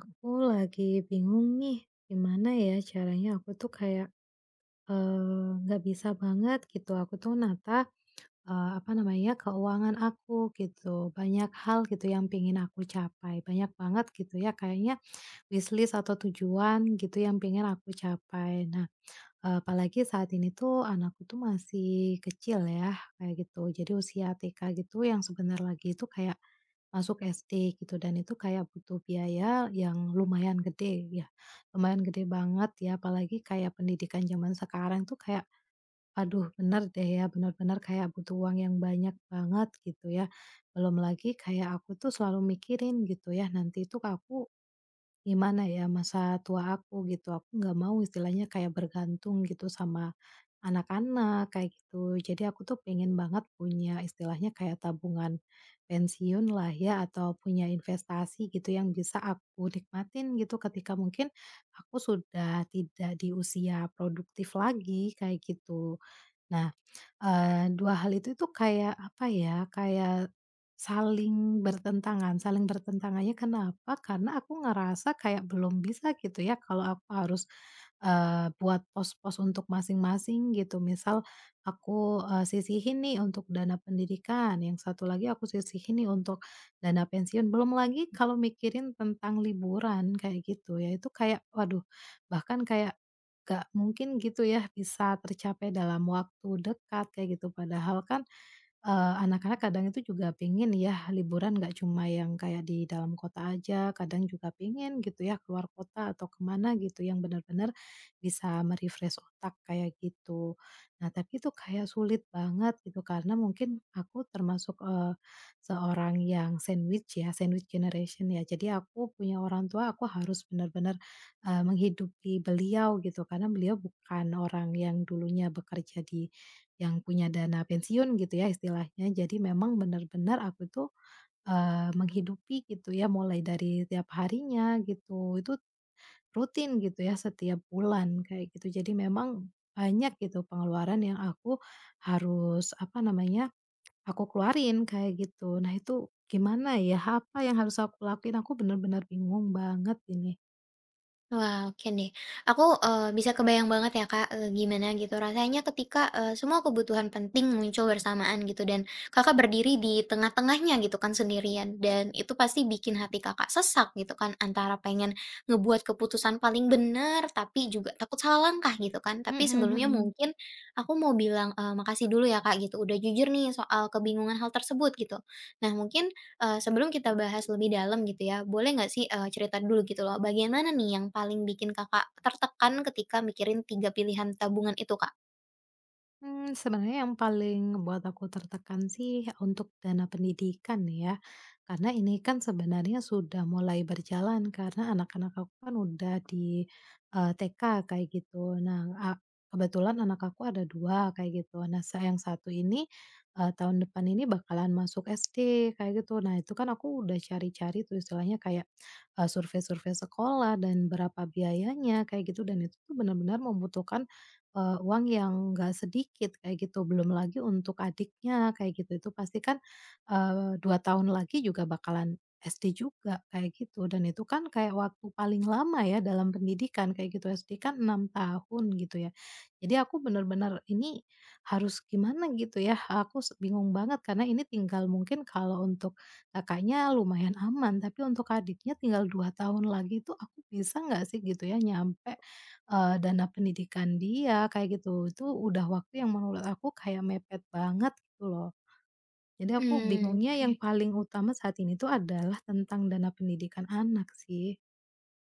Aku lagi bingung nih, gimana ya caranya aku tuh kayak, nggak bisa banget gitu aku tuh nata, apa namanya, keuangan aku gitu. Banyak hal gitu yang pingin aku capai, banyak banget gitu ya kayaknya wishlist atau tujuan gitu yang pingin aku capai. Nah apalagi saat ini tuh anakku tuh masih kecil ya, kayak gitu. Jadi usia TK gitu yang sebentar lagi itu kayak masuk SD gitu dan itu kayak butuh biaya yang lumayan gede ya, lumayan gede banget ya apalagi kayak pendidikan zaman sekarang tuh kayak aduh bener deh ya, benar-benar kayak butuh uang yang banyak banget gitu ya. Belum lagi kayak aku tuh selalu mikirin gitu ya nanti itu aku gimana ya, masa tua aku gitu, aku nggak mau istilahnya kayak bergantung gitu sama anak-anak kayak gitu. Jadi aku tuh pengen banget punya istilahnya kayak tabungan pensiun lah ya atau punya investasi gitu yang bisa aku nikmatin gitu ketika mungkin aku sudah tidak di usia produktif lagi kayak gitu. Nah, 2 hal itu tuh kayak apa ya, kayak saling bertentangannya kenapa, karena aku ngerasa kayak belum bisa gitu ya kalau aku harus, buat pos-pos untuk masing-masing gitu. Misal aku, sisihin nih untuk dana pendidikan, yang satu lagi aku sisihin nih untuk dana pensiun, belum lagi kalau mikirin tentang liburan kayak gitu ya, itu kayak waduh bahkan kayak gak mungkin gitu ya bisa tercapai dalam waktu dekat kayak gitu, padahal kan, anak-anak kadang itu juga pengen ya liburan nggak cuma yang kayak di dalam kota aja, kadang juga pengen gitu ya keluar kota atau kemana gitu yang benar-benar bisa otak kayak gitu. Nah tapi itu kayak sulit banget gitu karena mungkin aku termasuk, seorang yang sandwich ya, sandwich generation ya. Jadi aku punya orang tua aku harus benar-benar menghidupi beliau gitu karena beliau bukan orang yang dulunya bekerja di yang punya dana pensiun gitu ya istilahnya. Jadi memang benar-benar aku tuh, menghidupi gitu ya mulai dari tiap harinya gitu. Itu rutin gitu ya setiap bulan kayak gitu. Jadi memang banyak gitu pengeluaran yang aku harus apa namanya, aku keluarin kayak gitu. Nah itu gimana ya, apa yang harus aku lakuin? Aku benar-benar bingung banget ini. Wah, oke deh. Aku, bisa kebayang banget ya, Kak, gimana gitu rasanya ketika, semua kebutuhan penting muncul bersamaan gitu dan Kakak berdiri di tengah-tengahnya gitu kan sendirian dan itu pasti bikin hati Kakak sesak gitu kan antara pengen ngebuat keputusan paling benar tapi juga takut salah langkah gitu kan. Tapi Mhm sebelumnya mhm. mungkin aku mau bilang, makasih dulu ya, Kak, gitu udah jujur nih soal kebingungan hal tersebut gitu. Nah, mungkin sebelum kita bahas lebih dalam gitu ya, boleh nggak sih, cerita dulu gitu loh, bagian mana nih yang paling bikin Kakak tertekan ketika mikirin tiga pilihan tabungan itu, Kak? Mmm, sebenarnya yang paling buat aku tertekan sih untuk dana pendidikan ya, karena ini kan sebenarnya sudah mulai berjalan karena anak-anak aku kan udah di, TK kayak gitu. Nah, kebetulan anak aku ada 2 kayak gitu. Nah, yang satu ini, tahun depan ini bakalan masuk SD kayak gitu. Nah, itu kan aku udah cari-cari tuh istilahnya kayak, survei-survei sekolah dan berapa biayanya kayak gitu dan itu tuh benar-benar membutuhkan uang yang nggak sedikit kayak gitu, belum lagi untuk adiknya kayak gitu, itu pasti kan, 2 tahun lagi juga bakalan SD juga kayak gitu, dan itu kan kayak waktu paling lama ya dalam pendidikan kayak gitu, SD kan 6 tahun gitu ya. Jadi aku bener-bener ini harus gimana gitu ya, aku bingung banget karena ini tinggal mungkin kalau untuk kakaknya lumayan aman, tapi untuk adiknya tinggal 2 tahun lagi itu aku bisa nggak sih gitu ya nyampe dana pendidikan dia, kayak gitu. Itu udah waktu yang menurut aku kayak mepet banget gitu loh. Jadi aku Hmm, bingungnya oke. yang paling utama saat ini tuh adalah tentang dana pendidikan anak sih.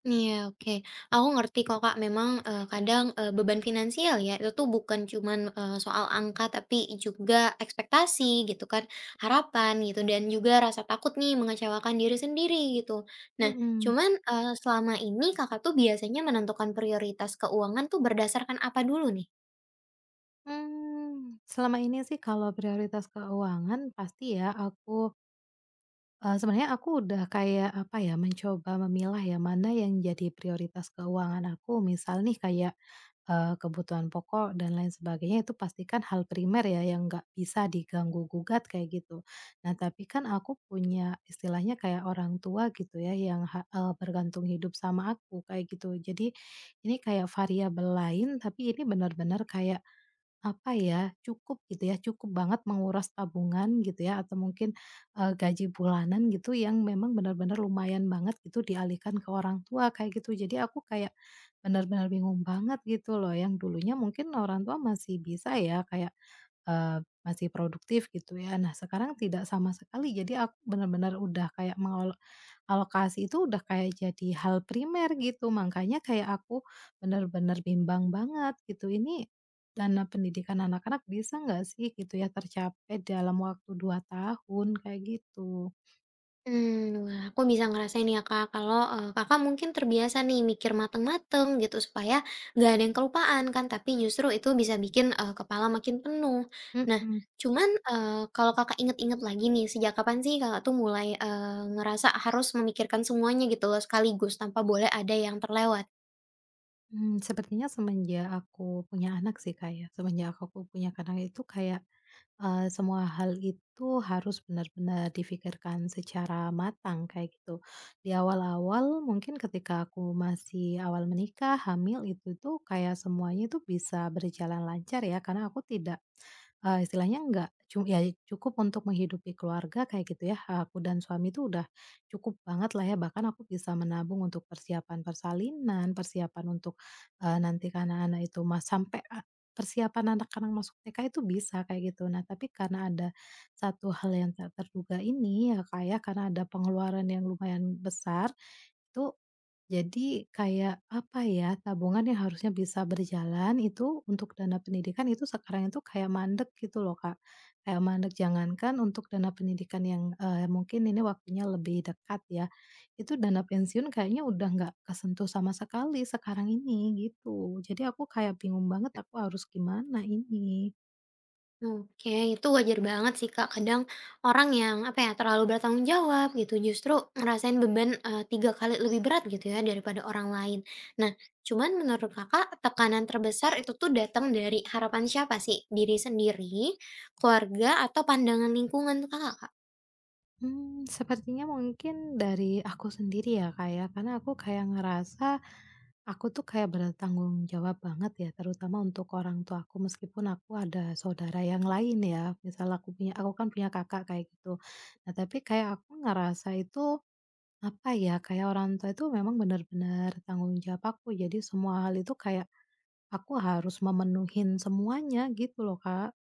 Iya, oke. Aku ngerti kok, Kak, memang, kadang, beban finansial ya, itu tuh bukan cuman, soal angka, tapi juga ekspektasi gitu kan, harapan gitu, dan juga rasa takut nih mengecewakan diri sendiri gitu. Nah, Mhm. cuman, selama ini Kakak tuh biasanya menentukan prioritas keuangan tuh berdasarkan apa dulu nih? Mmm, selama ini sih kalau prioritas keuangan pasti ya aku, sebenarnya aku udah kayak, apa ya, mencoba memilah ya, mana yang jadi prioritas keuangan aku. Misal nih kayak, kebutuhan pokok dan lain sebagainya, itu pastikan hal primer ya, yang nggak bisa diganggu-gugat kayak gitu. Nah, tapi kan aku punya istilahnya kayak orang tua gitu ya, yang bergantung hidup sama aku, kayak gitu. Jadi, ini kayak variabel lain, tapi ini benar-benar kayak apa ya, cukup gitu ya, cukup banget menguras tabungan gitu ya, atau mungkin, gaji bulanan gitu yang memang benar-benar lumayan banget gitu dialihkan ke orang tua kayak gitu. Jadi aku kayak benar-benar bingung banget gitu loh, yang dulunya mungkin orang tua masih bisa ya kayak eee, masih produktif gitu ya. Nah sekarang tidak sama sekali, jadi aku benar-benar udah kayak mengalokasi itu udah kayak jadi hal primer gitu, makanya kayak aku benar-benar bimbang banget gitu, ini dana pendidikan anak-anak bisa nggak sih gitu ya tercapai dalam waktu 2 tahun kayak gitu. Mmm, wah, aku bisa ngerasain ya, Kak, kalau, Kakak mungkin terbiasa nih mikir mateng-mateng gitu supaya nggak ada yang kelupaan kan, tapi justru itu bisa bikin, kepala makin penuh. Nah, Mhm, cuman, kalau Kakak inget-inget lagi nih, sejak kapan sih Kakak tuh mulai, ngerasa harus memikirkan semuanya gitu loh sekaligus tanpa boleh ada yang terlewat? mmm, sepertinya semenjak aku punya anak itu kayak semua hal itu harus benar-benar difikirkan secara matang kayak gitu. Di awal-awal mungkin ketika aku masih awal menikah, hamil, itu tuh kayak semuanya tuh bisa berjalan lancar ya karena aku tidak istilahnya nggak cu ya cukup untuk menghidupi keluarga kayak gitu ya, aku dan suami itu udah cukup banget lah ya, bahkan aku bisa menabung untuk persiapan persalinan, persiapan untuk, nanti kan anak-anak itu mas sampai a persiapan anak-anak masuk TK itu bisa kayak gitu. Nah, tapi karena ada satu hal yang tak terduga ini ya, kayak karena ada pengeluaran yang lumayan besar, itu jadi kayak, apa ya, tabungan yang harusnya bisa berjalan itu untuk dana pendidikan itu sekarang itu kayak mandek gitu loh, Kak. Kayak mandek, jangankan untuk dana pendidikan yang, mungkin ini waktunya lebih dekat ya, itu dana pensiun kayaknya udah nggak kesentuh sama sekali sekarang ini, gitu. Jadi aku kayak bingung banget aku harus gimana ini. Oke, itu wajar banget sih, Kak. Kadang orang yang apa ya terlalu bertanggung jawab gitu justru ngerasain beban tiga kali lebih berat gitu ya daripada orang lain. Nah, cuman menurut Kakak tekanan terbesar itu tuh datang dari harapan siapa sih? Diri sendiri, keluarga, atau pandangan lingkungan tuh Kakak? Hmm sepertinya mungkin dari aku sendiri ya, kayak karena aku kayak ngerasa aku tuh kayak bertanggung jawab banget ya, terutama untuk orang tua aku meskipun aku ada saudara yang lain ya. Misal aku kan punya kakak kayak gitu. Nah, tapi kayak aku ngerasa itu apa ya, kayak orang tua itu memang benar-benar tanggung jawab aku. Jadi semua hal itu kayak aku harus memenuhin semuanya gitu loh, Kak.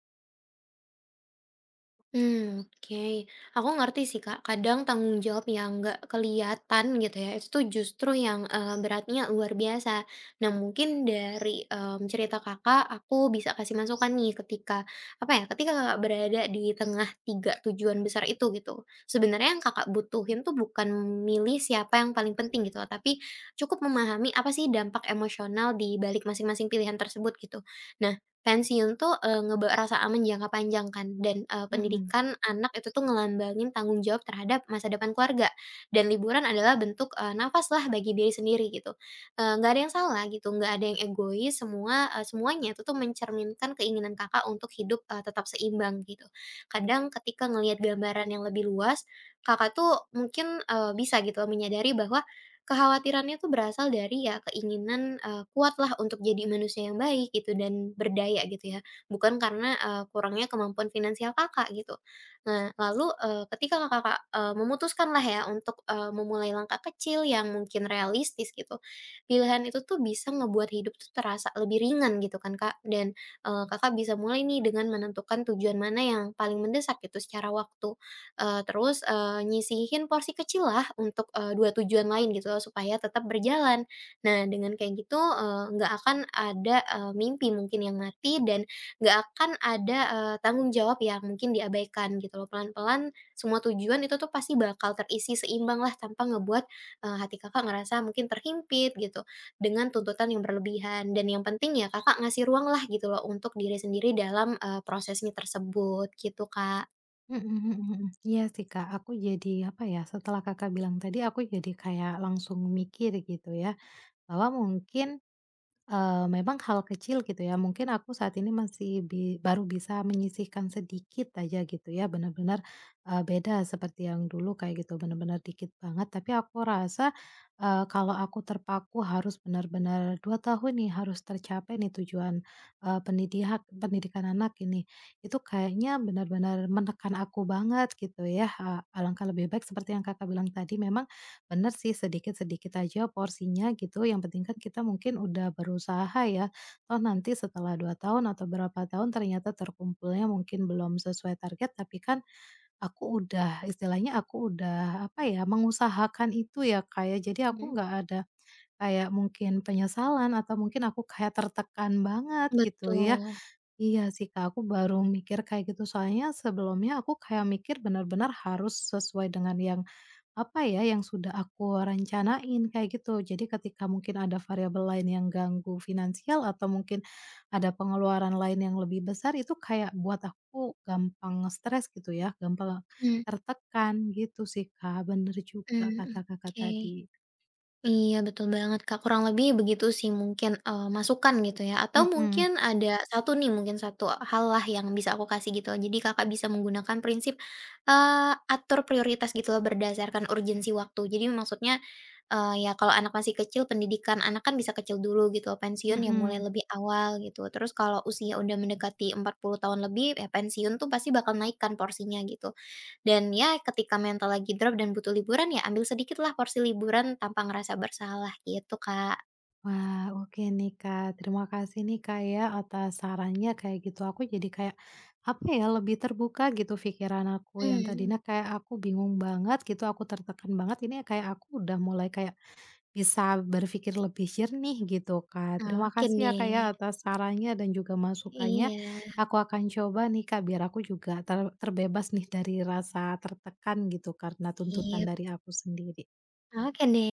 Hmm, oke. Aku ngerti sih, Kak, kadang tanggung jawab yang nggak kelihatan gitu ya, itu tuh justru yang, beratnya luar biasa. Nah, mungkin dari, cerita Kakak, aku bisa kasih masukan nih ketika, apa ya, ketika Kakak berada di tengah 3 tujuan besar itu gitu. Sebenarnya yang Kakak butuhin tuh bukan milih siapa yang paling penting gitu, tapi cukup memahami apa sih dampak emosional di balik masing-masing pilihan tersebut gitu. Nah, pensiun tuh, ngebawa rasa aman jangka panjang kan dan, Mhm. pendidikan anak itu tuh ngelambangin tanggung jawab terhadap masa depan keluarga, dan liburan adalah bentuk, nafas lah bagi diri sendiri gitu. Nggak ada yang salah gitu, nggak ada yang egois, semuanya itu tuh mencerminkan keinginan Kakak untuk hidup, tetap seimbang gitu. Kadang ketika ngelihat gambaran yang lebih luas, Kakak tuh mungkin, bisa gitu menyadari bahwa kekhawatirannya tuh berasal dari ya keinginan, kuatlah untuk jadi manusia yang baik gitu dan berdaya gitu ya, bukan karena, kurangnya kemampuan finansial Kakak gitu. Nah lalu, ketika Kakak, memutuskan lah ya untuk, memulai langkah kecil yang mungkin realistis gitu, pilihan itu tuh bisa ngebuat hidup tuh terasa lebih ringan gitu kan, Kak, dan, Kakak bisa mulai nih dengan menentukan tujuan mana yang paling mendesak gitu secara waktu. Terus, nyisihin porsi kecil lah untuk, 2 tujuan lain gitu loh supaya tetap berjalan. Nah, dengan kayak gitu, nggak akan ada, mimpi mungkin yang mati dan nggak akan ada, tanggung jawab yang mungkin diabaikan gitu loh. Pelan-pelan semua tujuan itu tuh pasti bakal terisi seimbang lah tanpa ngebuat, hati Kakak ngerasa mungkin terhimpit gitu dengan tuntutan yang berlebihan dan yang penting ya Kakak ngasih ruang lah gitu loh untuk diri sendiri dalam, prosesnya tersebut gitu, Kak. Mhm mhm mhm. Iya sih Kak, aku jadi apa ya, setelah Kakak bilang tadi aku jadi kayak langsung mikir gitu ya, bahwa mungkin memang hal kecil gitu ya, mungkin aku saat ini masih baru bisa menyisihkan sedikit aja gitu ya, benar-benar beda seperti yang dulu kayak gitu, benar-benar dikit banget, tapi aku rasa, kalau aku terpaku harus benar-benar 2 tahun nih, harus tercapai nih tujuan, pendidikan anak ini, itu kayaknya benar-benar menekan aku banget gitu ya, alangkah lebih baik seperti yang Kakak bilang tadi memang, bener sih, sedikit-sedikit aja porsinya gitu, yang penting kan kita mungkin udah berusaha ya, toh nanti setelah 2 tahun atau berapa tahun ternyata terkumpulnya mungkin belum sesuai target, tapi kan aku udah, apa ya, mengusahakan itu ya, kayak jadi aku Mhm. nggak ada kayak mungkin penyesalan atau mungkin aku kayak tertekan banget gitu ya. Betul, Iya sih, Kak, aku baru mikir kayak gitu, soalnya sebelumnya aku kayak mikir benar-benar harus sesuai dengan yang apa ya yang sudah aku rencanain kayak gitu. Jadi ketika mungkin ada variabel lain yang ganggu finansial atau mungkin ada pengeluaran lain yang lebih besar itu kayak buat aku gampang stres gitu ya, gampang mhm, tertekan gitu sih Kak, bener juga kata Kakak oke. tadi. Iya betul banget, Kak, kurang lebih begitu sih mungkin, masukan gitu ya atau Mhm mungkin ada satu nih mungkin satu hal lah yang bisa aku kasih gitu. Jadi Kakak bisa menggunakan prinsip, atur prioritas gitu loh berdasarkan urgensi waktu. Jadi maksudnya, ya kalau anak masih kecil pendidikan anak kan bisa kecil dulu gitu loh, pensiun ya mulai mhm. lebih awal gitu. Terus kalau usia udah mendekati 40 tahun lebih, ya pensiun tuh pasti bakal naikkan porsinya gitu. Dan ya ketika mental lagi drop dan butuh liburan, ya ambil sedikitlah porsi liburan tanpa ngerasa bersalah gitu, Kak. Wah, oke nih Kak. Terima kasih nih Kak ya atas sarannya kayak gitu. Aku jadi kayak apa ya lebih terbuka gitu pikiran aku yang Mmm, tadinya kayak aku bingung banget gitu, aku tertekan banget. Ini kayak aku udah mulai kayak bisa berpikir lebih jernih gitu Kak. Terima oke kasih ya Kak ya deh. atas sarannya dan juga masukannya. Iya, Aku akan coba nih Kak biar aku juga terbebas nih dari rasa tertekan gitu karena tuntutan sip. dari aku sendiri. Oke deh.